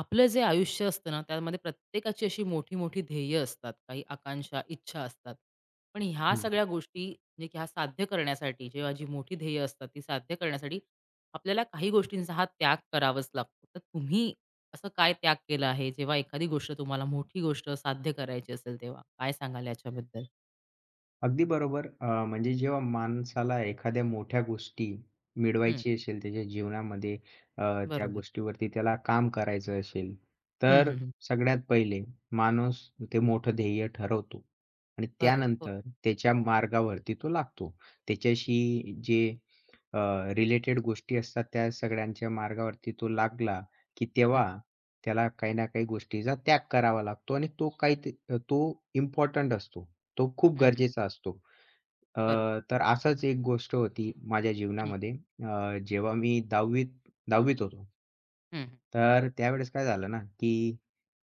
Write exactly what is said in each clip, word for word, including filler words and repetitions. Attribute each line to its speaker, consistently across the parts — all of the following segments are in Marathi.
Speaker 1: आपलं जे आयुष्य असतं ना, त्यामध्ये प्रत्येकाची अशी मोठी-मोठी ध्येय असतात, काही आकांक्षा, इच्छा असतात. पण ह्या
Speaker 2: हं.
Speaker 1: सगळ्या गोष्टी म्हणजे की ह्या साध्य करण्यासाठी जेव्हा जी मोठी ध्येय असतात, ती साध्य करण्यासाठी आपल्याला काही गोष्टींचा हा त्याग करावाच लागतो. तर तुम्ही असं काय त्याग केला आहे, जेव्हा एखादी गोष्ट तुम्हाला मोठी गोष्ट साध्य करायची असेल तेव्हा? काय सांगाल याच्याबद्दल?
Speaker 2: अगदी बरोबर. अ, म्हणजे जेव्हा माणसाला एखाद्या मोठ्या गोष्टी
Speaker 1: हं,
Speaker 2: मिळवायची असेल त्याच्या जीवनामध्ये, अ, त्या
Speaker 1: बरोबर.
Speaker 2: गोष्टीवरती त्याला काम करायचं असेल,
Speaker 1: हं,
Speaker 2: तर
Speaker 1: हं, हं.
Speaker 2: सगळ्यात पहिले माणूस ते मोठं ध्येय ठरवतो आणि
Speaker 1: बरोबर. हो.
Speaker 2: त्यानंतर त्याच्या मार्गावरती तो लागतो. त्याच्याशी जे रिलेटेड गोष्टी असतात त्या सगळ्यांच्या मार्गावरती तो लागला, की
Speaker 1: हं,
Speaker 2: तेव्हा
Speaker 1: हं,
Speaker 2: त्याला
Speaker 1: हं,
Speaker 2: काही ना काही गोष्टीचा त्याग करावा लागतो आणि तो काही ते तो इम्पोर्टंट असतो. तो खूप
Speaker 1: हं,
Speaker 2: गरजेचा असतो. अ,
Speaker 1: बरं.
Speaker 2: तर असंच एक गोष्ट होती माझ्या
Speaker 1: हं,
Speaker 2: जीवनामध्ये. अ, जेव्हा मी 10वीत 10वीत होतो.
Speaker 1: हं, हं,
Speaker 2: तर त्यावेळेस काय झालं ना, की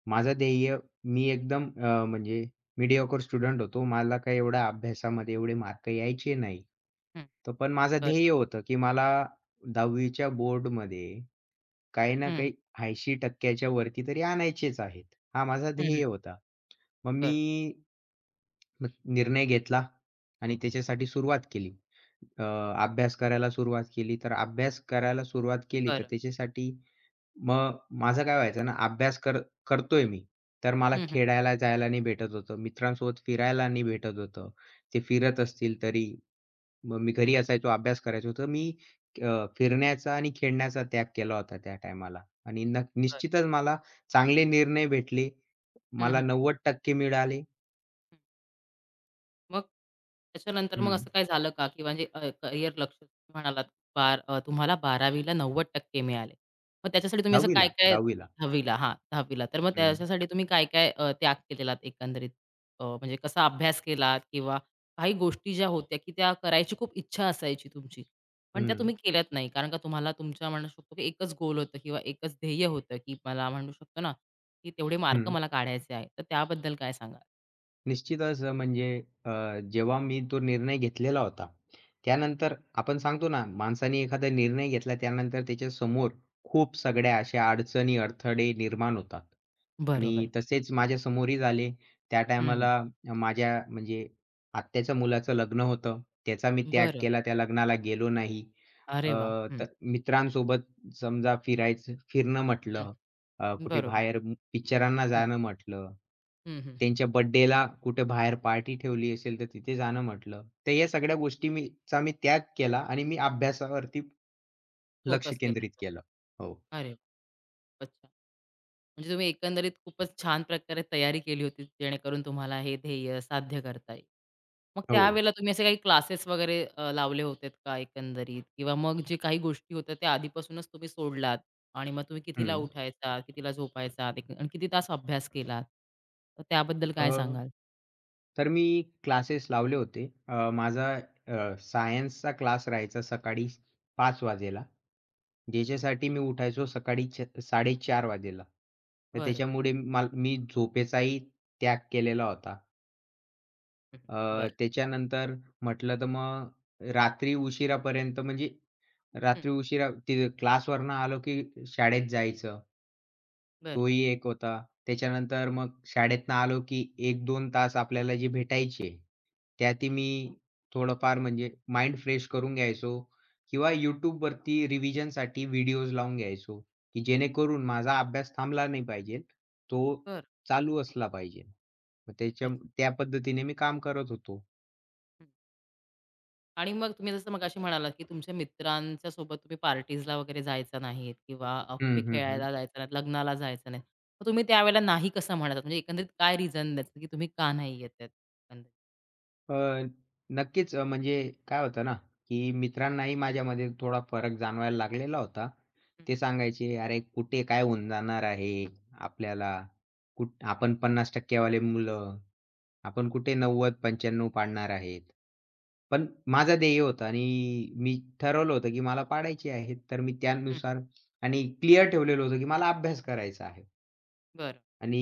Speaker 2: माझं ध्येय मी एकदम, अ, म्हणजे मीडिओकर स्टुडंट होतो. मला काही एवढा अभ्यासामध्ये एवढे मार्क यायचे नाही.
Speaker 1: हं.
Speaker 2: तर पण माझं
Speaker 1: बरं.
Speaker 2: ध्येय होतं, की मला दहावीच्या बोर्डमध्ये काही ना
Speaker 1: हं,
Speaker 2: काही ऐंशी टक्के च्या वरती तरी आणायचेच आहेत. हा माझा
Speaker 1: हं, हं.
Speaker 2: ध्येय होता. मग
Speaker 1: बरं,
Speaker 2: मी मग निर्णय घेतला आणि त्याच्यासाठी सुरुवात केली. अ, अभ्यास करायला सुरुवात केली. तर अभ्यास करायला सुरुवात केली तर
Speaker 1: बरं.
Speaker 2: त्याच्यासाठी मग माझं काय व्हायचं ना, अभ्यास कर करतोय मी, तर मला
Speaker 1: हं, हं.
Speaker 2: खेळायला जायला नाही भेटत होतं. मित्रांसोबत फिरायला नाही भेटत होतं. ते फिरत
Speaker 1: बरं.
Speaker 2: असतील तरी मग मी
Speaker 1: हं.
Speaker 2: घरी असायचो, अभ्यास करायचो. तर मी, अ, फिरण्याचा आणि खेळण्याचा त्याग केला होता त्या टायमाला आणि न
Speaker 1: बरं.
Speaker 2: निश्चितच मला चांगले निर्णय भेटले.
Speaker 1: हं,
Speaker 2: मला
Speaker 1: हं,
Speaker 2: नव्वद टक्के मिळाले.
Speaker 1: हं. मग त्याच्यानंतर मग
Speaker 2: हं.
Speaker 1: असं काय झालं का? की म्हणजे अ, करियर लक्ष्य म्हणालात बार अ, तुम्हाला बारावीला नव्वद टक्के मिळाले. मग त्याच्यासाठी तुम्ही असं
Speaker 2: 10वी ला
Speaker 1: काय-काय
Speaker 2: 10वी ला.
Speaker 1: दहावीला हां, दहावीला तर मग
Speaker 2: हं,
Speaker 1: त्याच्यासाठी तुम्ही काय-काय अ, त्याग केलेलात एकंदरीत? अ, म्हणजे कसा अभ्यास केलात किंवा काही गोष्टी ज्या होत्या, की त्या करायची खूप इच्छा असायची तुमची, पण त्या
Speaker 2: हं,
Speaker 1: तुम्ही केल्यात नाही. कारण का तुम्हाला तुमच्या म्हणू शकतो, की एकच गोल होतं किंवा एकच ध्येय होतं, की मला म्हणू शकतो ना, की तेवढे मार्क
Speaker 2: हं.
Speaker 1: मला काढायचे आहेत. तर त्याबद्दल काय सांगाल?
Speaker 2: निश्चितच, अ, म्हणजे, अ, जेव्हा मी तो निर्णय घेतलेला होता, त्यानंतर आपण सांगतो ना, माणसाने एखादा निर्णय घेतला त्यानंतर त्याच्यासमोर खूप सगळ्या अशा अडचणी, अडथळे निर्माण होतात. आणि
Speaker 1: बरोबर.
Speaker 2: तसेच माझ्यासमोरही झाले. त्या
Speaker 1: हं, हं.
Speaker 2: टायमाला माझ्या म्हणजे आत्याच्या मुलाचं लग्न होतं. त्याचा मी त्याग
Speaker 1: बरं.
Speaker 2: केला, त्या लग्नाला गेलो नाही. अ,
Speaker 1: अरे वाह! हं,
Speaker 2: तर मित्रांसोबत समजा फिरायचं फिरणं
Speaker 1: हं.
Speaker 2: म्हटलं, अ, कुठे
Speaker 1: बरोबर.
Speaker 2: बाहेर म- पिक्चरांना
Speaker 1: हं,
Speaker 2: जाणं म्हटलं,
Speaker 1: हं, हं, हं.
Speaker 2: त्यांच्या बर्थडेला कुठे बाहेर पार्टी ठेवली असेल, तर तिथे जाणं म्हटलं. तर या सगळ्या गोष्टी मी चा मी त्याग केला आणि मी अभ्यासावरती लक्ष
Speaker 1: फोकस केला
Speaker 2: केंद्रित
Speaker 1: तो.
Speaker 2: केलं. हो.
Speaker 1: अरे वाह! अच्छा. म्हणजे तुम्ही एकंदरीत खूपच छान प्रकारे तयारी केली होती, जेणेकरून तुम्हाला हे ध्येय साध्य करता येईल. मग
Speaker 2: हो.
Speaker 1: त्यावेळेला तुम्ही असे काही क्लासेस वगैरे अ, लावले होतेत का एकंदरीत? किंवा मग जे काही गोष्टी होत्या त्या आधीपासूनच तुम्ही सोडलात आणि मग तुम्ही कितीला
Speaker 2: हं.
Speaker 1: उठायचा, कितीला झोपायचा एक आणि किती तास अभ्यास केलात? तर त्याबद्दल
Speaker 2: अ,
Speaker 1: काय सांगाल?
Speaker 2: तर मी क्लासेस लावले होते. अ, माझा सायन्सचा क्लास राहायचा सकाळी पाच वाजेला. ज्याच्यासाठी मी उठायचो सकाळी च साडे चार वाजेला. तर
Speaker 1: बरं.
Speaker 2: त्याच्यामुळे मला मी झोपेचाही त्याग केलेला होता.
Speaker 1: हं,
Speaker 2: अ,
Speaker 1: बरं.
Speaker 2: त्याच्यानंतर म्हटलं तर मग रात्री उशिरापर्यंत म्हणजे
Speaker 1: हं,
Speaker 2: रात्री उशिरा ते क्लासवरनं आलो की शाळेत जायचं.
Speaker 1: बरं,
Speaker 2: तोही एक होता. त्याच्यानंतर मग शाळेतनं आलो की एक दोन तास आपल्याला जे भेटायचे, त्यातही मी थोडंफार म्हणजे माइंड फ्रेश करून घ्यायचो किंवा YouTubeवरती रिव्हिजनसाठी व्हिडिओज लावून घ्यायचो, की जेणेकरून माझा अभ्यास थांबला नाही पाहिजे. तो
Speaker 1: बरं.
Speaker 2: चालू असला पाहिजे. मग त्याच्या
Speaker 1: अच्छा.
Speaker 2: त्या पद्धतीने मी काम करत होतो.
Speaker 1: आणि मग तुम्ही जसं मगाशी म्हणालात, की तुमच्या मित्रांच्या सोबत तुम्ही पार्टीजला वगैरे जायचा नाहीत किंवा अ, कुठे
Speaker 2: हं, हं, हं.
Speaker 1: खेळायला जायचं नाहीत, लग्नाला जायचं नाही. मग तुम्ही त्यावेळेला नाही कसं म्हणतात? म्हणजे एकंदरीत काय रिझन द्यायचं, की तुम्ही का नाही येत आहेत? एकंदरीत.
Speaker 2: अ, नक्कीच, अ, म्हणजे काय होतं ना, की मित्रांनाही माझ्यामध्ये थोडा फरक जाणवायला लागलेला होता.
Speaker 1: हं, हं.
Speaker 2: ते सांगायचे, "अरे, कुठे काय होऊन जाणार आहे आपल्याला? कुठ आपण पन्नास टक्के वाले मुलं, आपण कुठे नव्वद पंच्याण्णव पाडणार आहेत." पण माझं ध्येय होतं आणि मी ठरवलं होतं, की मला पाडायचे आहेत. तर मी
Speaker 1: हं,
Speaker 2: त्यानुसार आणि क्लिअर ठेवलेलं होतं, की मला अभ्यास करायचा आहे.
Speaker 1: बरं.
Speaker 2: आणि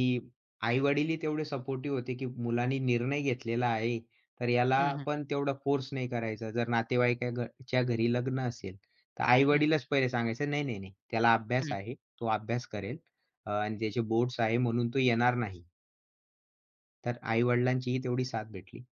Speaker 2: आई-वडीलही तेवढे सपोर्टिव्ह होते, की मुलांनी निर्णय घेतलेला आहे, तर याला
Speaker 1: हं, हं.
Speaker 2: पण तेवढा फोर्स नाही करायचा. जर नातेवाईका घ च्या घरी लग्न असेल, तर
Speaker 1: हं,
Speaker 2: आई-वडीलच पहिले सांगायचं, "नाही, नाही, नाही, त्याला अभ्यास
Speaker 1: हं.
Speaker 2: आहे, तो अभ्यास करेल, अ, आणि
Speaker 1: हं.
Speaker 2: त्याचे बोर्ड्स आहे म्हणून तो येणार नाही." तर
Speaker 1: बरं.
Speaker 2: आई-वडिलांचीही तेवढी साथ भेटली.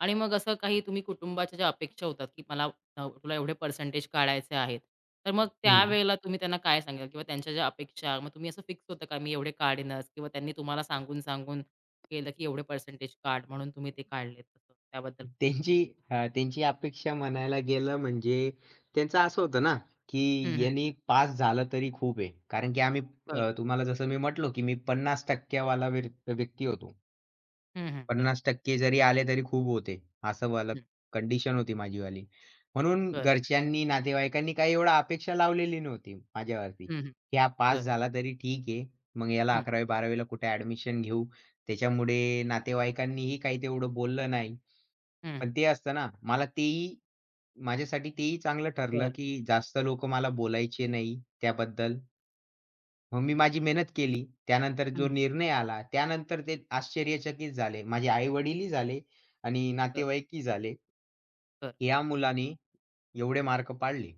Speaker 1: आणि मग असं काही तुम्ही कुटुंबाच्या ज्या अपेक्षा होतात, की मला अ, तुला एवढे पर्सेंटेज काढायचे आहेत. तर मग
Speaker 2: हं.
Speaker 1: त्यावेळेला तुम्ही त्यांना काय सांगाल? किंवा त्यांच्या ज्या अपेक्षा मग तुम्ही असं फिक्स होतं का मी एवढे काढीनच किंवा त्यांनी तुम्हाला सांगून-सांगून केलं, की एवढे पर्सेंटेज काढ म्हणून तुम्ही ते काढलेत असं त्याबद्दल?
Speaker 2: त्यांची, अ, त्यांची अपेक्षा म्हणायला गेलं म्हणजे त्यांचं असं होतं ना,
Speaker 1: हं,
Speaker 2: की
Speaker 1: हं.
Speaker 2: यांनी पास झालं तरी खूप आहे. कारण की आम्ही,
Speaker 1: बरं.
Speaker 2: अ, तुम्हाला जसं मी म्हटलो, की मी पन्नास टक्के वाला व्यक् व्यक्ती होतो.
Speaker 1: हं, हं. बरं.
Speaker 2: पन्नास टक्के जरी आले तरी खूप होते. असं वालं
Speaker 1: हं.
Speaker 2: कंडिशन होती माझीवाली. म्हणून
Speaker 1: बरं.
Speaker 2: घरच्यांनी, नातेवाईकांनी काही एवढं अपेक्षा लावलेली नव्हती माझ्यावरती,
Speaker 1: हं, हं.
Speaker 2: की हा पास
Speaker 1: बरं.
Speaker 2: झाला तरी ठीक आहे. मग याला
Speaker 1: हं.
Speaker 2: अकरावी बारावी ला कुठे ॲडमिशन घेऊ. त्याच्यामुळे नातेवाईकांनीही काही तेवढं बोललं नाही.
Speaker 1: हं,
Speaker 2: पण ते असतं ना, मला तेही माझ्यासाठी तेही चांगलं ठरलं,
Speaker 1: बरं.
Speaker 2: की जास्त लोकं मला बोलायचे नाही त्याबद्दल. मग मी माझी मेहनत केली. त्यानंतर जो
Speaker 1: हं.
Speaker 2: निर्णय आला, त्यानंतर ते आश्चर्यचकित झाले. माझे आई-वडीलही झाले आणि
Speaker 1: बरं,
Speaker 2: नातेवाईकही झाले.
Speaker 1: बरं.
Speaker 2: या मुलाने एवढे मार्क पाडले.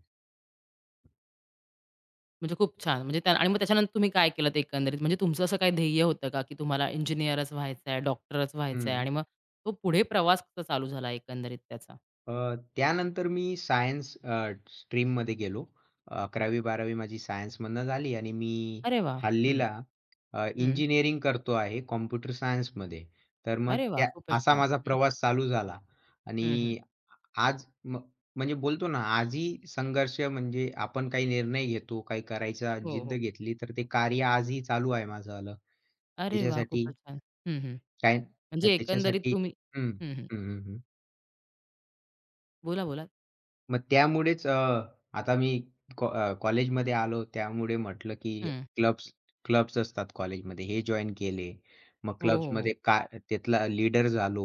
Speaker 1: म्हणजे खूप छान. म्हणजे त्या आणि मग त्याच्यानंतर तुम्ही काय केलंत एकंदरीत? म्हणजे तुमचं असं काही ध्येय होतं का, की तुम्हाला इंजिनिअरच व्हायचं आहे, डॉक्टरच व्हायचं आहे
Speaker 2: हं.
Speaker 1: आणि मग तो पुढे प्रवास कसा चालू झाला एकंदरीत त्याचा?
Speaker 2: अ, त्यानंतर मी सायन्स, अ, स्ट्रीममध्ये गेलो. अकरावी बारावी माझी सायन्समधनं झाली आणि मी
Speaker 1: अरे वाह! हं,
Speaker 2: हल्लीला, अ,
Speaker 1: हं.
Speaker 2: इंजिनिअरिंग करतो आहे कॉम्प्युटर सायन्समध्ये. तर मग
Speaker 1: अरे वाह!
Speaker 2: त्या
Speaker 1: खूपच
Speaker 2: असा
Speaker 1: छान.
Speaker 2: माझा
Speaker 1: हं,
Speaker 2: प्रवास चालू झाला आणि
Speaker 1: हं, हं.
Speaker 2: आज म म्हणजे बोलतो ना, आजही संघर्ष म्हणजे आपण काही निर्णय घेतो, काही करायचा
Speaker 1: हो,
Speaker 2: जिद्द
Speaker 1: हो.
Speaker 2: घेतली, तर ते कार्य आजही चालू आहे माझं वालं.
Speaker 1: अरे वाह!
Speaker 2: त्याच्यासाठी
Speaker 1: खूपच छान. हं, हं.
Speaker 2: काय
Speaker 1: म्हणजे एकंदरीत
Speaker 2: त्याच्यासाठी
Speaker 1: तुम्ही
Speaker 2: हं,
Speaker 1: हं, हं.
Speaker 2: हं, हं, हं.
Speaker 1: बोला, बोला.
Speaker 2: मग त्यामुळेच, अ, आता मी कॉ अ, कॉलेजमध्ये आलो त्यामुळे म्हटलं, की
Speaker 1: हं.
Speaker 2: क्लब्स क्लब्स असतात कॉलेजमध्ये हे जॉइन केले. मग
Speaker 1: हो, हो, हो.
Speaker 2: क्लब्समध्ये काय त्यातला लीडर झालो.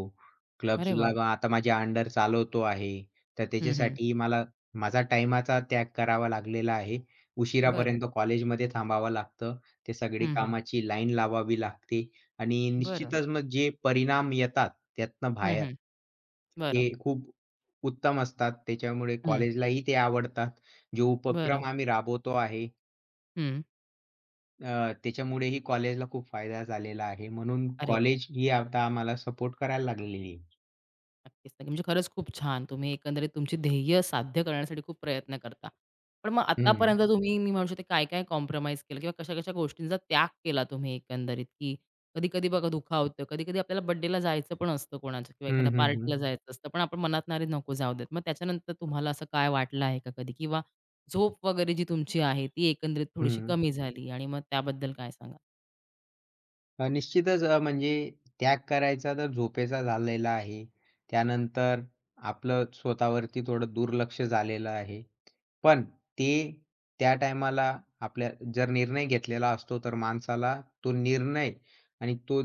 Speaker 1: अरे
Speaker 2: क्लब्सला
Speaker 1: वाह!
Speaker 2: मग आता माझ्या अंडर चालवतो आहे. तर
Speaker 1: हं, हं.
Speaker 2: त्याच्यासाठी मला माझा टाईमाचा त्याग करावा लागलेला आहे.
Speaker 1: बरं.
Speaker 2: उशिरापर्यंत कॉलेजमध्ये थांबावं लागतं. ते सगळी
Speaker 1: हं, हं.
Speaker 2: कामाची लाईन लावावी लागते आणि
Speaker 1: बरं.
Speaker 2: निश्चितच मग जे परिणाम येतात त्यातनं
Speaker 1: हं,
Speaker 2: बाहेर,
Speaker 1: हं.
Speaker 2: ते
Speaker 1: बरं.
Speaker 2: खूप उत्तम असतात. त्याच्यामुळे
Speaker 1: हं.
Speaker 2: कॉलेजलाही ते आवडतात. जे
Speaker 1: बरं.
Speaker 2: उपक्रम आम्ही राबवतो आहे,
Speaker 1: हं.
Speaker 2: अ, त्याच्यामुळेही कॉलेजला खूप फायदा झालेला आहे. म्हणून
Speaker 1: अरे
Speaker 2: कॉलेज ही आता आम्हाला सपोर्ट करायला लागलेली आहे.
Speaker 1: नक्कीच, नक्की. म्हणजे खरंच खूप छान. तुम्ही एकंदरीत तुमची ध्येय साध्य करण्यासाठी खूप प्रयत्न करता. पण मग
Speaker 2: हं.
Speaker 1: आतापर्यंत तुम्ही मी म्हणू शकते काय-काय कॉम्प्रोमाईज केलं किंवा कशा-कशा गोष्टींचा त्याग केला तुम्ही एकंदरीत, की कधी-कधी बघा दुखावतं, कधी-कधी आपल्याला बर्थडेला जायचं पण असतं कोणाच्या किंवा एखाद्या
Speaker 2: हं, हं, हं.
Speaker 1: पार्टीला जायचं असतं, पण आपण मनात नाही, नको जाऊ देत." मग त्याच्यानंतर तुम्हाला असं काय वाटलं आहे का कधी? किंवा झोप वगैरे जी तुमची आहे ती एकंदरीत थोडीशी
Speaker 2: हं.
Speaker 1: कमी झाली आणि मग त्याबद्दल काय सांगाल?
Speaker 2: अ, निश्चितच, अ, म्हणजे त्याग करायचा तर झोपेचा झालेला आहे. त्यानंतर आपलं स्वतःवरती थोडं दुर्लक्ष झालेलं आहे. पण ते त्या टायमाला आपल्या जर निर्णय घेतलेला असतो, तर माणसाला तो निर्णय आणि तो,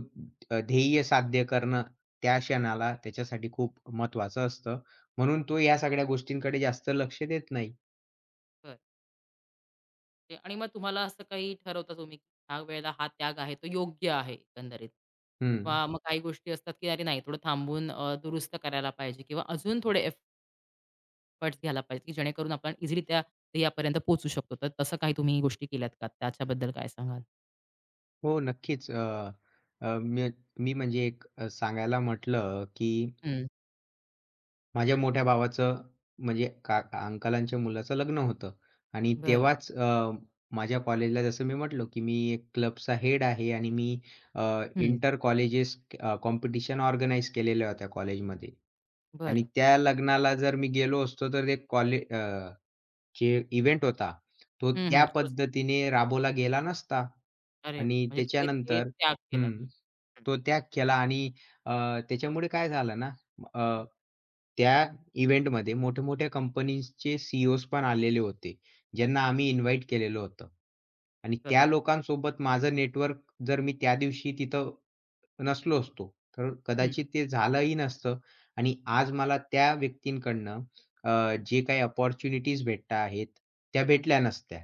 Speaker 2: अ, ध्येय साध्य करणं त्या क्षणाला त्याच्यासाठी खूप महत्त्वाचं असतं. म्हणून तो या सगळ्या गोष्टींकडे जास्त लक्ष देत नाही.
Speaker 1: ते आणि मग तुम्हाला असं काही ठरवता तुम्ही, की ह्या वेळेला हा त्याग आहे तो योग्य आहे एकंदरीत
Speaker 2: हं.
Speaker 1: किंवा मग काही गोष्टी असतात, की अरे नाही थोडं थांबून अ, दुरुस्त करायला पाहिजे किंवा अजून थोडे एफर्ट्स घ्यायला पाहिजे, की जेणेकरून आपण इझिली त्या ध्येयापर्यंत पोहोचू शकतो. तर तसं काही तुम्ही गोष्टी केल्यात का? त्याच्याबद्दल काय सांगाल?
Speaker 2: हो, नक्कीच. अ, अ, मी मी म्हणजे एक, अ, सांगायला म्हटलं की
Speaker 1: हं.
Speaker 2: माझ्या मोठ्या भावाचं म्हणजे का अंकलांच्या मुलाचं लग्न होतं आणि
Speaker 1: बरं.
Speaker 2: तेव्हाच, अ, माझ्या कॉलेजला जसं मी म्हटलो, की मी एक क्लबचा हेड आहे आणि मी, अ,
Speaker 1: हं.
Speaker 2: इंटर कॉलेजेस, अ, कॉम्पिटिशन ऑर्गनाइज केलेल्या होत्या कॉलेजमध्ये आणि
Speaker 1: बरं.
Speaker 2: त्या लग्नाला जर मी गेलो असतो, तर ते कॉले जे इव्हेंट होता, तो
Speaker 1: हं,
Speaker 2: त्या
Speaker 1: हं. तोच.
Speaker 2: पद्धतीने राबवला गेला नसता.
Speaker 1: अरे वाह!
Speaker 2: आणि
Speaker 1: म्हणजे तुम्ही ते
Speaker 2: त्याच्यानंतर
Speaker 1: त्याग केलात.
Speaker 2: हं.
Speaker 1: हं,
Speaker 2: तो त्याग केला आणि, अ, त्याच्यामुळे काय झालं ना, अ,
Speaker 1: हं.
Speaker 2: त्या इव्हेंटमध्ये मोठ्या-मोठ्या कंपनीजचे सी पण आलेले होते, ज्यांना आम्ही इन्व्हाईट केलेलं होतं. आणि
Speaker 1: बरं.
Speaker 2: त्या लोकांसोबत माझं नेटवर्क, जर मी त्या दिवशी तिथं नसलो असतो, तर
Speaker 1: हं,
Speaker 2: कदाचित ते झालंही नसतं आणि
Speaker 1: हं,
Speaker 2: आज मला त्या व्यक्तींकडनं, अ,
Speaker 1: हं.
Speaker 2: जे काही अपॉर्च्युनिटीज भेटत आहेत, त्या भेटल्या नसत्या.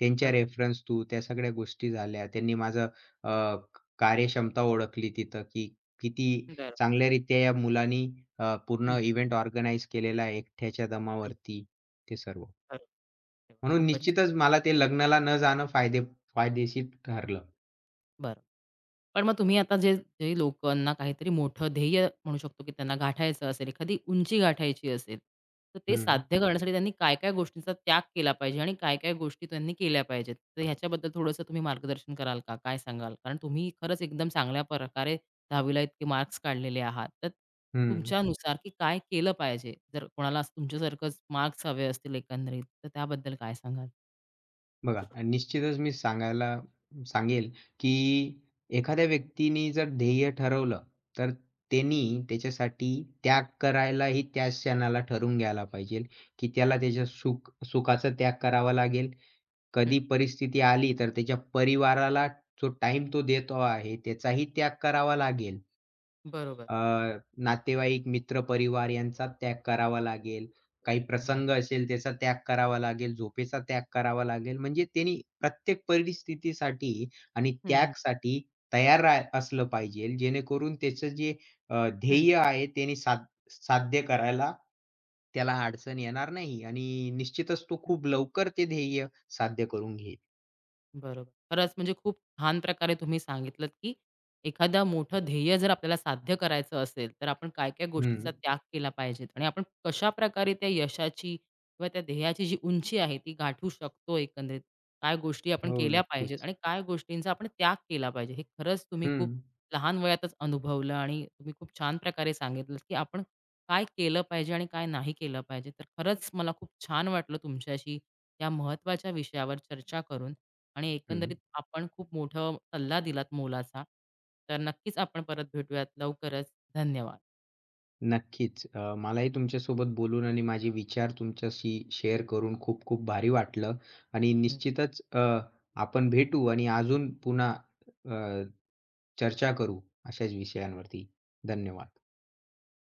Speaker 2: त्यांच्या
Speaker 1: बरोबर.
Speaker 2: रेफरन्स थ्रू त्या सगळ्या गोष्टी झाल्या. त्यांनी माझं, अ, क- कार्यक्षमता ओळखली तिथं, की किती
Speaker 1: बरं.
Speaker 2: चांगल्यारीत्या या मुलानी, अ,
Speaker 1: हं,
Speaker 2: पूर्ण इव्हेंट ऑर्गनाईज केलेला आहे एकट्याच्या
Speaker 1: हं.
Speaker 2: दमावरती, ते सर्व.
Speaker 1: बरोबर. अरे वा,
Speaker 2: म्हणून
Speaker 1: खूपच छान.
Speaker 2: निश्चितच मला ते लग्नाला न जाणं फायदे फायदेशीर ठरलं.
Speaker 1: बरं. पण मग तुम्ही आता जे जे लोकांना काहीतरी मोठं ध्येय म्हणू शकतो, की त्यांना गाठायचं असेल, एखादी उंची गाठायची असेल, तर ते
Speaker 2: हं,
Speaker 1: साध्य करण्यासाठी त्यांनी काय-काय गोष्टींचा त्याग केला पाहिजे आणि काय-काय गोष्टी त्यांनी केल्या पाहिजेत? तर ह्याच्याबद्दल थोडंसं तुम्ही मार्गदर्शन कराल का? काय सांगाल? कारण तुम्ही खरंच एकदम चांगल्या प्रकारे दहावी इतके मार्क्स काढलेले आहात. तर
Speaker 2: हं.
Speaker 1: तुमच्यानुसार, की काय केलं पाहिजे? जर कोणाला असं तुमच्यासारखंच मार्क्स हवे असतील एकंदरीत, तर त्याबद्दल काय सांगाल?
Speaker 2: बघा, निश्चितच मी सांगायला सांगेल, की एखाद्या व्यक्तीने जर ध्येय ठरवलं, तर त्यांनी त्याच्यासाठी त्याग करायलाही त्या क्षणाला ठरवून घ्यायला पाहिजे, की त्याला त्याच्या सुख सुखाचा त्याग करावा लागेल. कधी
Speaker 1: हं.
Speaker 2: परिस्थिती आली तर त्याच्या परिवाराला जो टाईम तो देतो आहे, त्याचाही त्याग करावा लागेल.
Speaker 1: बरोबर.
Speaker 2: अ, नातेवाईक, मित्र, परिवार यांचा त्याग करावा लागेल. काही
Speaker 1: हं,
Speaker 2: प्रसंग असेल त्याचा त्याग करावा लागेल, झोपेचा त्याग करावा लागेल. म्हणजे त्यांनी प्रत्येक परिस्थितीसाठी आणि
Speaker 1: हं, हं.
Speaker 2: त्यागसाठी तयार रा असलं पाहिजे. जेणेकरून त्याचं जे, अ,
Speaker 1: हं.
Speaker 2: ध्येय आहे त्याने साध साध्य करायला त्याला अडचण येणार नाही आणि निश्चितच तो खूप लवकर ते ध्येय साध्य करून घेईल.
Speaker 1: बरोबर. खरंच म्हणजे खूप छान प्रकारे तुम्ही सांगितलंत, की एखादं मोठं ध्येय जर आपल्याला साध्य करायचं असेल, तर आपण काय-काय गोष्टींचा
Speaker 2: हं.
Speaker 1: त्याग केला पाहिजेत आणि आपण कशाप्रकारे त्या यशाची किंवा त्या ध्येयाची जी उंची आहे, ती गाठू शकतो एकंदरीत. काय गोष्टी आपण
Speaker 2: हो,
Speaker 1: केल्या पाहिजेत
Speaker 2: नक्कीच.
Speaker 1: आणि काय गोष्टींचा आपण त्याग केला पाहिजे. हे खरंच तुम्ही
Speaker 2: हं,
Speaker 1: खूप लहान वयातच अनुभवलं आणि तुम्ही खूप छान प्रकारे सांगितलंत, की आपण काय केलं पाहिजे आणि काय नाही केलं पाहिजे. तर खरंच मला खूप छान वाटलं तुमच्याशी या महत्त्वाच्या विषयावर चर्चा करून. आणि
Speaker 2: हं.
Speaker 1: एकंदरीत आपण खूप मोठा सल्ला दिलात मोलाचा. तर नक्कीच आपण परत भेटूयात लवकरच. धन्यवाद.
Speaker 2: नक्कीच. अ, मलाही तुमच्यासोबत बोलून आणि माझे विचार तुमच्याशी शेअर करून खूप खूप भारी वाटलं आणि
Speaker 1: हं.
Speaker 2: निश्चितच, अ, आपण भेटू आणि अजून पुन्हा, अ, चर्चा करू अशाच विषयांवरती. धन्यवाद.